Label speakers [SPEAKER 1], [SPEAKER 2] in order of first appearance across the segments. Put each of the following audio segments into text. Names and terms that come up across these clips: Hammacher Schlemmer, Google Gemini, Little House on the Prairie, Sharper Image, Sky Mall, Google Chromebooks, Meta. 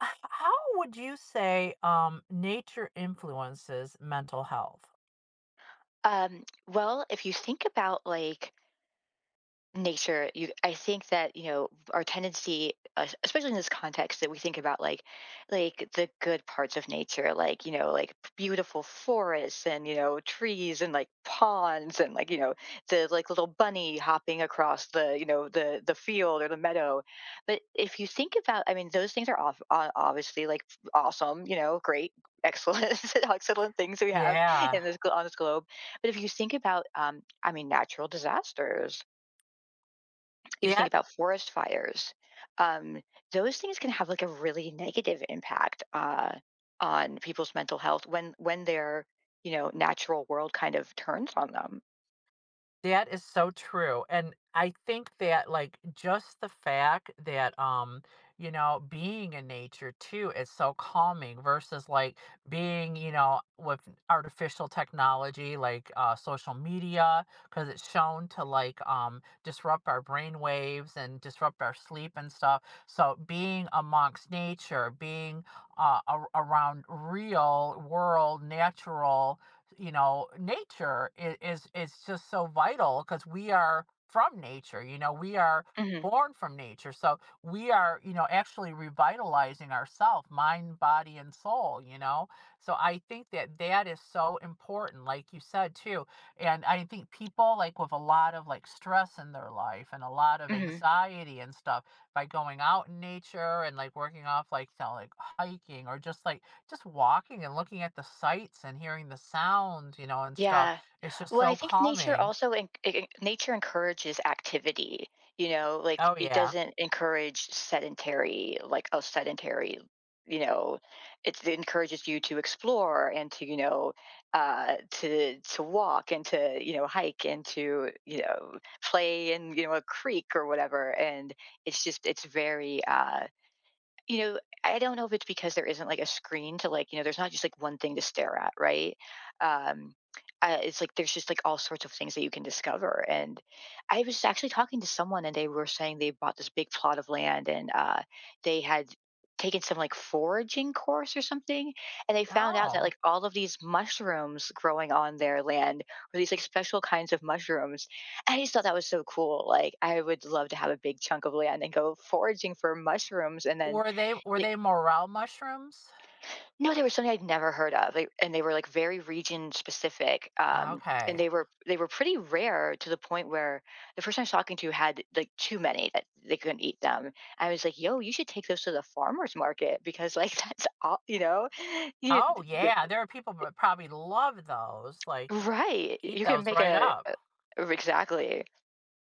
[SPEAKER 1] How would you say nature influences mental health?
[SPEAKER 2] Well, if you think about, like, nature, you I think that, you know, our tendency, especially in this context that we think about, like the good parts of nature, like, you know, like beautiful forests, and, you know, trees, and like ponds, and like, you know, the like little bunny hopping across the, you know, the field or the meadow. But if you think about, I mean, those things are off, obviously, like awesome, you know, great, excellent excellent things we have
[SPEAKER 1] Yeah.
[SPEAKER 2] in this on this globe. But if you think about, I mean, natural disasters, if you think
[SPEAKER 1] That
[SPEAKER 2] about forest fires, um, those things can have like a really negative impact on people's mental health when their, you know, natural world kind of turns on them.
[SPEAKER 1] That is so true, and I think that, like, just the fact that, being in nature too is so calming versus, like, being, with artificial technology like, social media, because it's shown to, like, disrupt our brain waves and disrupt our sleep and stuff, so being amongst nature, being, ar around real world, natural nature is just so vital because we are from nature. We are
[SPEAKER 2] Hmm.
[SPEAKER 1] born from nature, so we are actually revitalizing ourselves, mind, body and soul. So I think that that is so important, like you said too. And I think people, like, with a lot of like stress in their life and a lot of
[SPEAKER 2] Hmm.
[SPEAKER 1] anxiety and stuff, by going out in nature and like working off like, like hiking or just walking and looking at the sights and hearing the sounds, and stuff.
[SPEAKER 2] Yeah.
[SPEAKER 1] It's just
[SPEAKER 2] Well, I
[SPEAKER 1] so
[SPEAKER 2] think nature
[SPEAKER 1] calming.
[SPEAKER 2] also nature encourages activity. You know, like
[SPEAKER 1] Oh
[SPEAKER 2] it
[SPEAKER 1] yeah.
[SPEAKER 2] doesn't encourage sedentary, like, oh, sedentary. You know, it encourages you to explore and to, you know, to walk, and to, you know, hike, and to, you know, play in, you know, a creek or whatever. And it's very, you know, I don't know if it's because there isn't like a screen to like, you know, there's not just like one thing to stare at, right? Um, it's like there's just like all sorts of things that you can discover. And I was actually talking to someone, and they were saying they bought this big plot of land, and, they had taken some like foraging course or something, and they found out that
[SPEAKER 1] Oh.
[SPEAKER 2] like all of these mushrooms growing on their land were these like special kinds of mushrooms. And I just thought that was so cool. Like, I would love to have a big chunk of land and go foraging for mushrooms, and then,
[SPEAKER 1] Were they were
[SPEAKER 2] like,
[SPEAKER 1] they morel mushrooms?
[SPEAKER 2] no, they were something I'd never heard of, like, and they were, like, very region specific, and
[SPEAKER 1] Okay.
[SPEAKER 2] they were pretty rare, to the point where the person I was talking to had, like, too many that they couldn't eat them. I was like, "Yo, you should take those to the farmer's market, because, like, that's all," you know? You...
[SPEAKER 1] Oh yeah, there are people that probably love those. Like,
[SPEAKER 2] Right,
[SPEAKER 1] eat
[SPEAKER 2] you can
[SPEAKER 1] those
[SPEAKER 2] make
[SPEAKER 1] right
[SPEAKER 2] a...
[SPEAKER 1] up.
[SPEAKER 2] Exactly.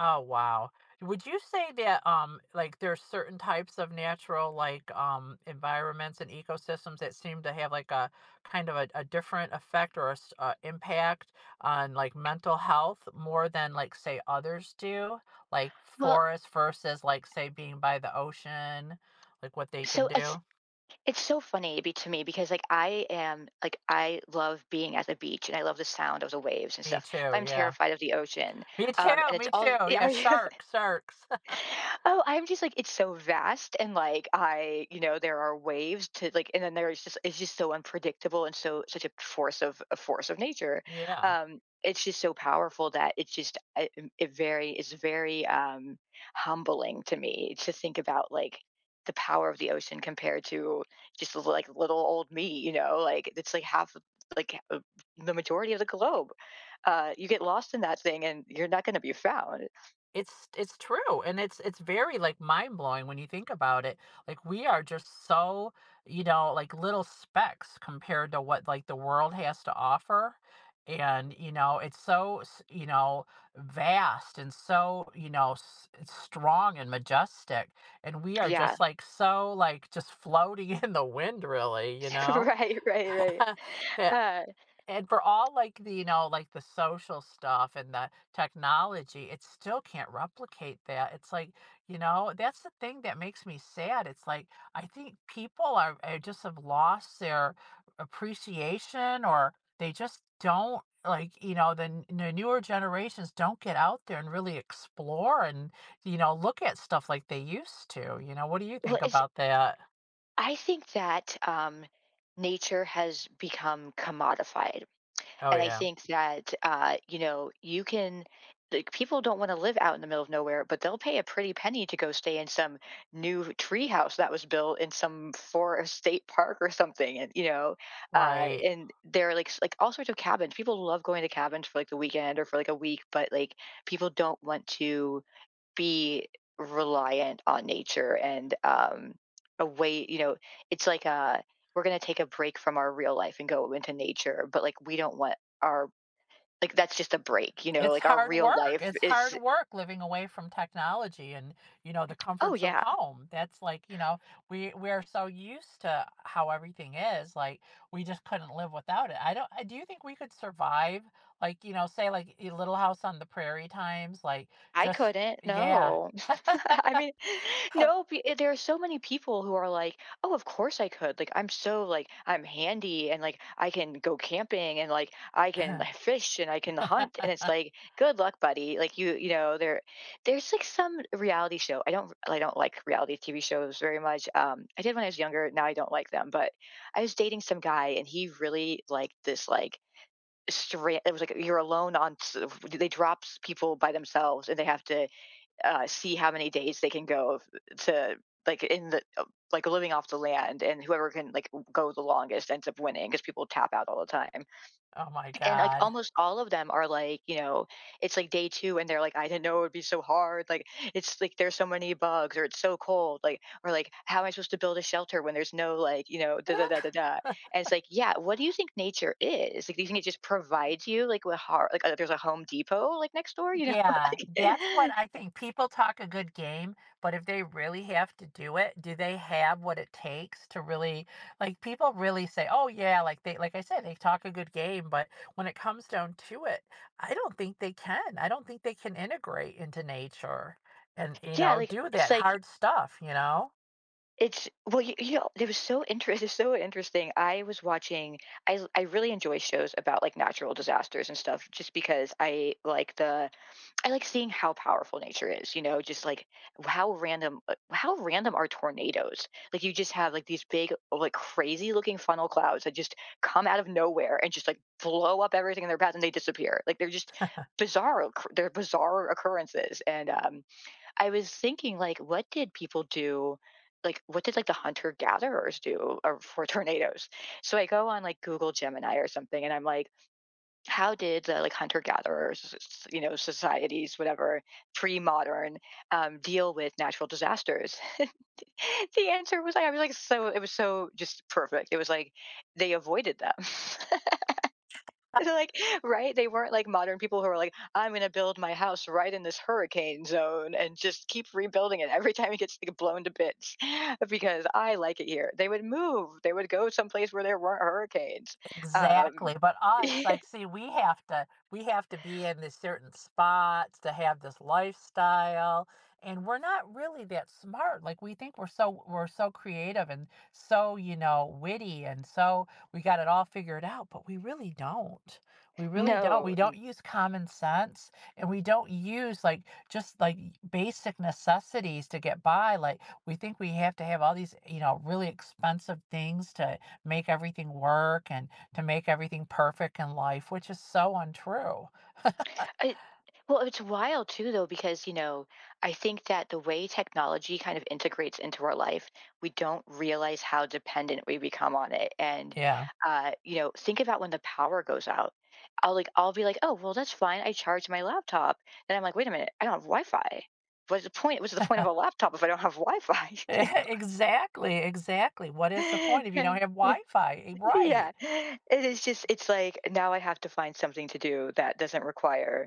[SPEAKER 1] Oh, wow. Would you say that, like, there's certain types of natural, like, environments and ecosystems that seem to have like a kind of a different effect or a, impact on like mental health more than like say others do? Like,
[SPEAKER 2] Well,
[SPEAKER 1] forests versus, like, say being by the ocean, like what they can
[SPEAKER 2] so it's
[SPEAKER 1] do?
[SPEAKER 2] it's so funny be to me, because, like, I am like I love being at the beach and I love the sound of the waves and
[SPEAKER 1] Me
[SPEAKER 2] stuff,
[SPEAKER 1] too,
[SPEAKER 2] but I'm
[SPEAKER 1] yeah.
[SPEAKER 2] terrified of the ocean.
[SPEAKER 1] Me too,
[SPEAKER 2] And it's
[SPEAKER 1] me too.
[SPEAKER 2] all...
[SPEAKER 1] Yeah,
[SPEAKER 2] Are you?
[SPEAKER 1] sharks, sharks.
[SPEAKER 2] Oh, I'm just like, it's so vast, and like I, you know, there are waves to like, and then there's just so unpredictable, and so such a force of nature.
[SPEAKER 1] Yeah.
[SPEAKER 2] It's just so powerful that it's just it, it very it's very humbling to me, to think about, like, the power of the ocean compared to just like little old me, you know, like it's like like, the majority of the globe. You get lost in that thing and you're not going to be found.
[SPEAKER 1] It's true, and it's very, like, mind-blowing when you think about it. Like, we are just so, like, little specks compared to what, like, the world has to offer, and, it's so vast and so, you know, s it's strong and majestic, and we are
[SPEAKER 2] Yeah.
[SPEAKER 1] just, like, so, like, just floating in the wind really, you know?
[SPEAKER 2] Right, right, right.
[SPEAKER 1] Yeah,
[SPEAKER 2] Uh,
[SPEAKER 1] and for all like the, like the social stuff and the technology, it still can't replicate that. It's like, that's the thing that makes me sad. It's like I think people are just have lost their appreciation, or they just don't like, the, the newer generations don't get out there and really explore and, look at stuff like they used to. What do you
[SPEAKER 2] well,
[SPEAKER 1] think about that?
[SPEAKER 2] I think that, nature has become commodified.
[SPEAKER 1] Oh
[SPEAKER 2] And I
[SPEAKER 1] yeah.
[SPEAKER 2] think that, you know, like, people don't want to live out in the middle of nowhere, but they'll pay a pretty penny to go stay in some new tree house that was built in some forest state park or something. And, you know,
[SPEAKER 1] Right.
[SPEAKER 2] and there are like, like all sorts of cabins. People love going to cabins for like the weekend or for like a week, but like people don't want to be reliant on nature, and, away, you know, it's like, we're gonna take a break from our real life and go into nature, but like we don't want our, like, that's just a break, you know,
[SPEAKER 1] It's
[SPEAKER 2] like our
[SPEAKER 1] hard
[SPEAKER 2] real
[SPEAKER 1] work.
[SPEAKER 2] life
[SPEAKER 1] It's hard
[SPEAKER 2] is...
[SPEAKER 1] work living away from technology and, the
[SPEAKER 2] Oh
[SPEAKER 1] comforts of
[SPEAKER 2] yeah.
[SPEAKER 1] home. That's like, we're so used to how everything is, like we just couldn't live without it. I don't I Do you think we could survive like, say like a Little House on the Prairie times, like
[SPEAKER 2] I
[SPEAKER 1] just
[SPEAKER 2] couldn't,
[SPEAKER 1] yeah.
[SPEAKER 2] no. I mean, no, there are so many people who are like, "Oh, of course I could," like, "I'm so, like I'm handy, and, like, I can go camping, and, like, I can, like, fish, and I can hunt," and it's like, "Good luck, buddy," like, you know, there like, some reality show. I don't like reality TV shows very much, I did when I was younger, now I don't like them. But I was dating some guy, and he really liked this, like, stra it was like, you're alone on s they drop s people by themselves, and they have to, see how many days they can go to, like, in the, like, living off the land, and whoever can like go the longest ends up winning, because people tap out all the time,
[SPEAKER 1] Oh my
[SPEAKER 2] and like
[SPEAKER 1] God.
[SPEAKER 2] almost all of them are like, you know, it's like day two and they're like, I didn't know it would be so hard, like, it's like there's so many bugs, or it's so cold, like, or like, how am I supposed to build a shelter when there's no, like, you know, da da da da da? And it's like, yeah, what do you think nature is? Like, do you think it just provides you, like, with hard, like, there's a Home Depot like next door, you know?
[SPEAKER 1] Yeah, that's what
[SPEAKER 2] Like...
[SPEAKER 1] I think. People talk a good game, but if they really have to do it, do they have what it takes to really, like, people really say, "Oh yeah," like I said, they talk a good game, but when it comes down to it, I don't think they can. I don't think they can integrate into nature and,
[SPEAKER 2] Yeah. Like,
[SPEAKER 1] do that hard stuff.
[SPEAKER 2] it's, well, you know, it was so inter it is so interesting. I was watching I really enjoy shows about, like, natural disasters and stuff, just because I like seeing how powerful nature is, you know, just, like, how random are tornadoes? Like, you just have, like, these big, like, crazy-looking funnel clouds that just come out of nowhere and just, like, blow up everything in their path, and they disappear. Like, they're just bizarre occur they're bizarre occurrences. And, I was thinking, like, what did people do? Like, what did, like, the hunter gatherers do or for tornadoes? So I go on like Google Gemini or something, and I'm like, how did the, like, hunter gatherers, you know, societies, whatever, pre modern, deal with natural disasters? The answer was like, I was like, so it was so just perfect. It was like, they avoided them. Like, right? They weren't like modern people who are like, I'm going to build my house right in this hurricane zone and just keep rebuilding it every time it gets like blown to bits because I like it here. They would move, they would go someplace where there weren't hurricanes. Um,
[SPEAKER 1] Exactly, but us, like, see, we have to be in these certain spots to have this lifestyle, and we're not really that smart. Like, we think we're so creative and so, witty and so we got it all figured out, but we really don't. We really don't. We
[SPEAKER 2] no.
[SPEAKER 1] don't use common sense and we don't use like just like basic necessities to get by. Like, we think we have to have all these, really expensive things to make everything work and to make everything perfect in life, which is so untrue.
[SPEAKER 2] It Well, it's wild too, though, because, you know, I think that the way technology kind of integrates into our life, we don't realize how dependent we become on it. And,
[SPEAKER 1] Yeah.
[SPEAKER 2] you know, think about when the power goes out. I'll be like, oh, well, that's fine. I charged my laptop. Then I'm like, wait a minute, I don't have Wi-Fi. What's the point? What's the point of a laptop if I don't have Wi-Fi?
[SPEAKER 1] Exactly, exactly. What is the point if you don't have Wi-Fi? Right.
[SPEAKER 2] Yeah, it is just... It's like, now I have to find something to do that doesn't require...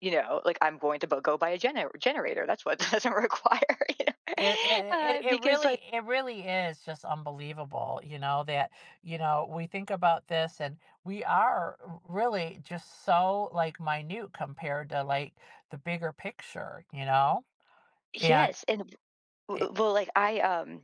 [SPEAKER 2] You know, like, I'm going to bu go buy a generator, that's what doesn't require, you know?
[SPEAKER 1] It, it it it
[SPEAKER 2] Because,
[SPEAKER 1] really
[SPEAKER 2] like...
[SPEAKER 1] it really is just unbelievable, that we think about this and we are really just so like minute compared to like the bigger picture. And
[SPEAKER 2] Yes, and
[SPEAKER 1] it,
[SPEAKER 2] w well, like,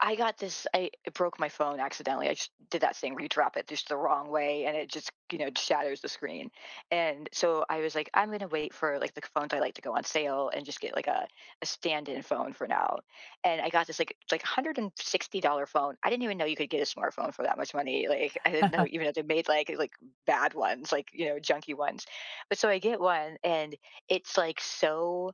[SPEAKER 2] I got this I, it broke my phone accidentally. I just did that thing where you drop it just the wrong way and it just, you know, shatters the screen. And so I was like, I'm gonna wait for, like, the phones I like to go on sale, and just get, like, a stand-in phone for now. And I got this like, it's like $160 phone. I didn't even know you could get a smartphone for that much money. Like, I didn't know even if they made, like, bad ones, like, you know, junky ones. But so I get one, and it's like so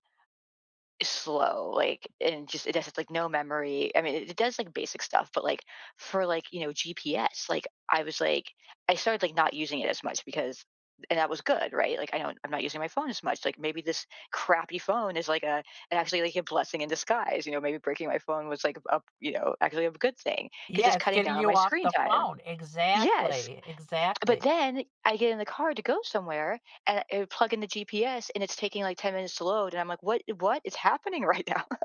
[SPEAKER 2] slow, like, and just it has like no memory. I mean, it does like basic stuff, but like for, like, you know, GPS, like, I was like, I started like not using it as much, because... And that was good, right? Like, I'm not using my phone as much. Like, maybe this crappy phone is like a, actually like a blessing in disguise, you know? Maybe breaking my phone was like a, you know, actually a good thing, because
[SPEAKER 1] yeah,
[SPEAKER 2] it's
[SPEAKER 1] it's
[SPEAKER 2] cutting
[SPEAKER 1] getting
[SPEAKER 2] down on
[SPEAKER 1] you
[SPEAKER 2] my
[SPEAKER 1] off
[SPEAKER 2] screen
[SPEAKER 1] the
[SPEAKER 2] time.
[SPEAKER 1] phone.
[SPEAKER 2] Yes.
[SPEAKER 1] Exactly.
[SPEAKER 2] But
[SPEAKER 1] Exactly.
[SPEAKER 2] then I get in the car to go somewhere, and I plug in the GPS and it's taking like 10 minutes to load. And I'm like, what is happening right now?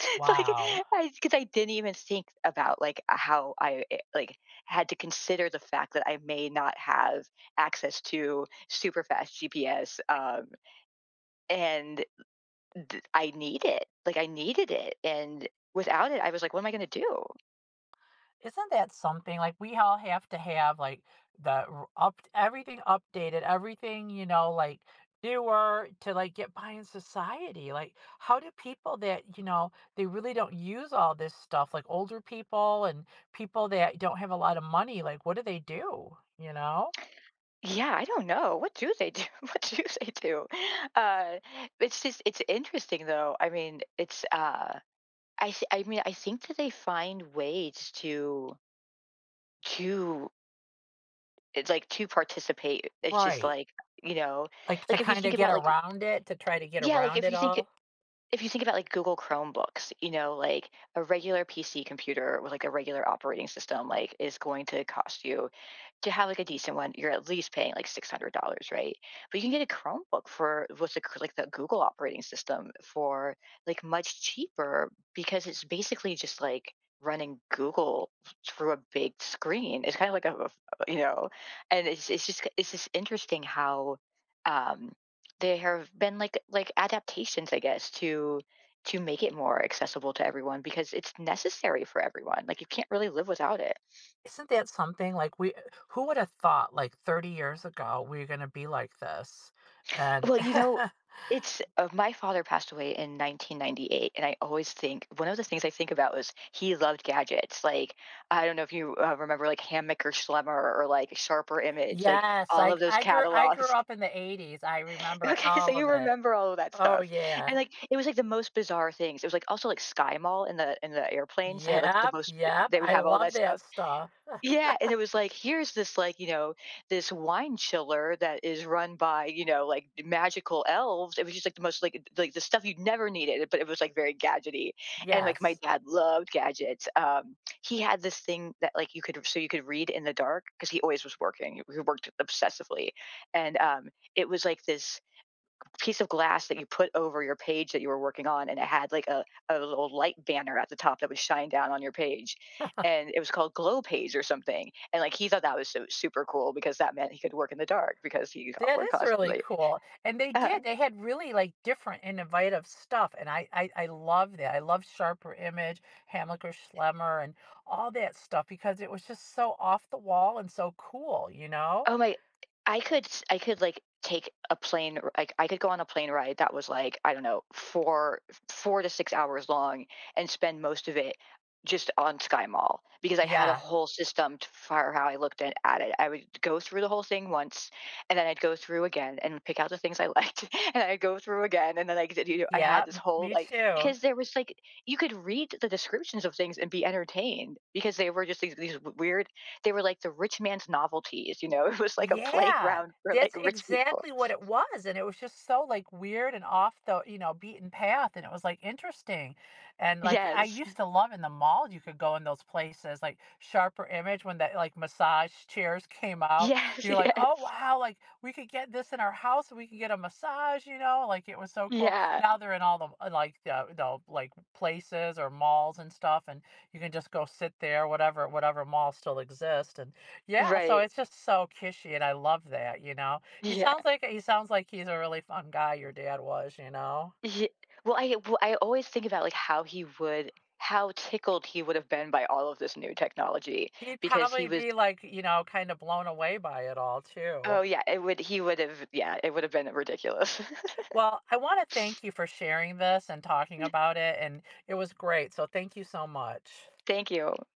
[SPEAKER 2] It's like
[SPEAKER 1] Wow.
[SPEAKER 2] I because I didn't even think about, like, how like, had to consider the fact that I may not have access to super fast GPS, and I need it, like, I needed it, and without it, I was like, "What am I gonna do?"
[SPEAKER 1] Isn't that something? Like, we all have to have, like, the r up everything updated, everything, like, newer to, like, get by in society. Like, how do people that, they really don't use all this stuff, like, older people and people that don't have a lot of money, like, what do they do?
[SPEAKER 2] Yeah, I don't know. What do they do? What do they do? Uh, it's just it's interesting, though. I mean, it's, I th I mean, I think that they find ways to it's like to participate, it's just
[SPEAKER 1] Right.
[SPEAKER 2] like, you know,
[SPEAKER 1] Like, to
[SPEAKER 2] like if you
[SPEAKER 1] kinda
[SPEAKER 2] think
[SPEAKER 1] get
[SPEAKER 2] about like,
[SPEAKER 1] around it, to try to get
[SPEAKER 2] yeah,
[SPEAKER 1] around it all.
[SPEAKER 2] if you think about like Google Chromebooks, you know, like a regular PC computer with like a regular operating system, like is going to cost you to have like a decent one, you're at least paying like $600, right? But you can get a Chromebook for with the, like, the Google operating system for like much cheaper because it's basically just like running Google through a big screen. It's kind of like you know, and it's just interesting how um there have been like adaptations, I guess, to make it more accessible to everyone because it's necessary for everyone. Like, you can't really live without it.
[SPEAKER 1] Isn't that something? Like, we who would have thought, like, 30 years ago, we're gonna be like this? And
[SPEAKER 2] Well, you know, it's my father passed away in 1998, and I always think one of the things I think about was he loved gadgets. Like, I don't know if you remember like Hammaker Schlemmer or like Sharper Image, like
[SPEAKER 1] Yes,
[SPEAKER 2] all
[SPEAKER 1] I
[SPEAKER 2] of those
[SPEAKER 1] I grew I grew
[SPEAKER 2] catalogs.
[SPEAKER 1] up in the 80s, I remember
[SPEAKER 2] Okay, so
[SPEAKER 1] all of
[SPEAKER 2] you
[SPEAKER 1] it.
[SPEAKER 2] remember all of that
[SPEAKER 1] Oh,
[SPEAKER 2] stuff,
[SPEAKER 1] yeah.
[SPEAKER 2] and like it was like the most bizarre things. It was like also like Sky Mall in the airplanes. They had like the
[SPEAKER 1] Yep,
[SPEAKER 2] most.
[SPEAKER 1] yep,
[SPEAKER 2] They would
[SPEAKER 1] I
[SPEAKER 2] have all
[SPEAKER 1] love
[SPEAKER 2] that
[SPEAKER 1] that
[SPEAKER 2] stuff.
[SPEAKER 1] stuff.
[SPEAKER 2] Yeah, and it was like, here's this, like, you know, this wine chiller that is run by, you know, like magical elves. It was just like the most like the stuff you never needed, but it was like very gadgety. And like my
[SPEAKER 1] Yes,
[SPEAKER 2] dad loved gadgets. He had this thing that like you could, so you could read in the dark because he always was working. He worked obsessively, and it was like this piece of glass that you put over your page that you were working on, and it had like a little light banner at the top that would shine down on your page, and it was called glow page or something, and like he thought that was so super cool because that meant he could work in the dark because he got
[SPEAKER 1] that
[SPEAKER 2] work
[SPEAKER 1] is really
[SPEAKER 2] constantly.
[SPEAKER 1] cool, and they
[SPEAKER 2] Uh,
[SPEAKER 1] did, they had really, like, different innovative stuff, and I love that, I love Sharper Image, Hammacher Schlemmer, and all that stuff because it was just so off the wall and so cool.
[SPEAKER 2] oh my, I could, like, take a plane r like, I could go on a plane ride that was, like, I don't know, 4 to 6 hours. Long and spend most of it just on Sky Mall because I had a
[SPEAKER 1] Yeah,
[SPEAKER 2] whole system t for how I looked at it. I would go through the whole thing once, and then I'd go through again and pick out the things I liked, and I'd go through again, and then I did. You know, I had
[SPEAKER 1] yeah,
[SPEAKER 2] this
[SPEAKER 1] m
[SPEAKER 2] whole,
[SPEAKER 1] me
[SPEAKER 2] like,
[SPEAKER 1] too.
[SPEAKER 2] because there was, like, you could read the descriptions of things and be entertained because they were just these weird, they were like the rich man's novelties, you know? It was like a
[SPEAKER 1] Yeah,
[SPEAKER 2] playground for like
[SPEAKER 1] that's
[SPEAKER 2] rich people.
[SPEAKER 1] exactly what it was, and it was just so, like, weird and off the, beaten path, and it was, like, interesting, and, like, I
[SPEAKER 2] Yes.
[SPEAKER 1] used to love in the mall, you could go in those places, like, Sharper Image when that, like, massage chairs came out,
[SPEAKER 2] Yes,
[SPEAKER 1] you're like, "Oh,
[SPEAKER 2] yes.
[SPEAKER 1] wow," like, "We could get this in our house, and we could get a massage," like, it was so cool.
[SPEAKER 2] Yeah.
[SPEAKER 1] Now they're in all the, like, the, like, places or malls and stuff, and you can just go sit there, whatever mall still exists, and yeah, so
[SPEAKER 2] Right.
[SPEAKER 1] it's just so kishy, and I love that. He
[SPEAKER 2] Yeah.
[SPEAKER 1] sounds like he sounds like he's a really fun guy, your dad was.
[SPEAKER 2] Yeah. Well, I always think about, like, how he would, how tickled he would have been by all of this new technology
[SPEAKER 1] He'd
[SPEAKER 2] because he
[SPEAKER 1] probably
[SPEAKER 2] was.
[SPEAKER 1] be like, kind of blown away by it all
[SPEAKER 2] Oh,
[SPEAKER 1] too.
[SPEAKER 2] yeah, it would have been ridiculous.
[SPEAKER 1] Well, I want to thank you for sharing this and talking about it, and it was great. So thank you so much.
[SPEAKER 2] Thank you.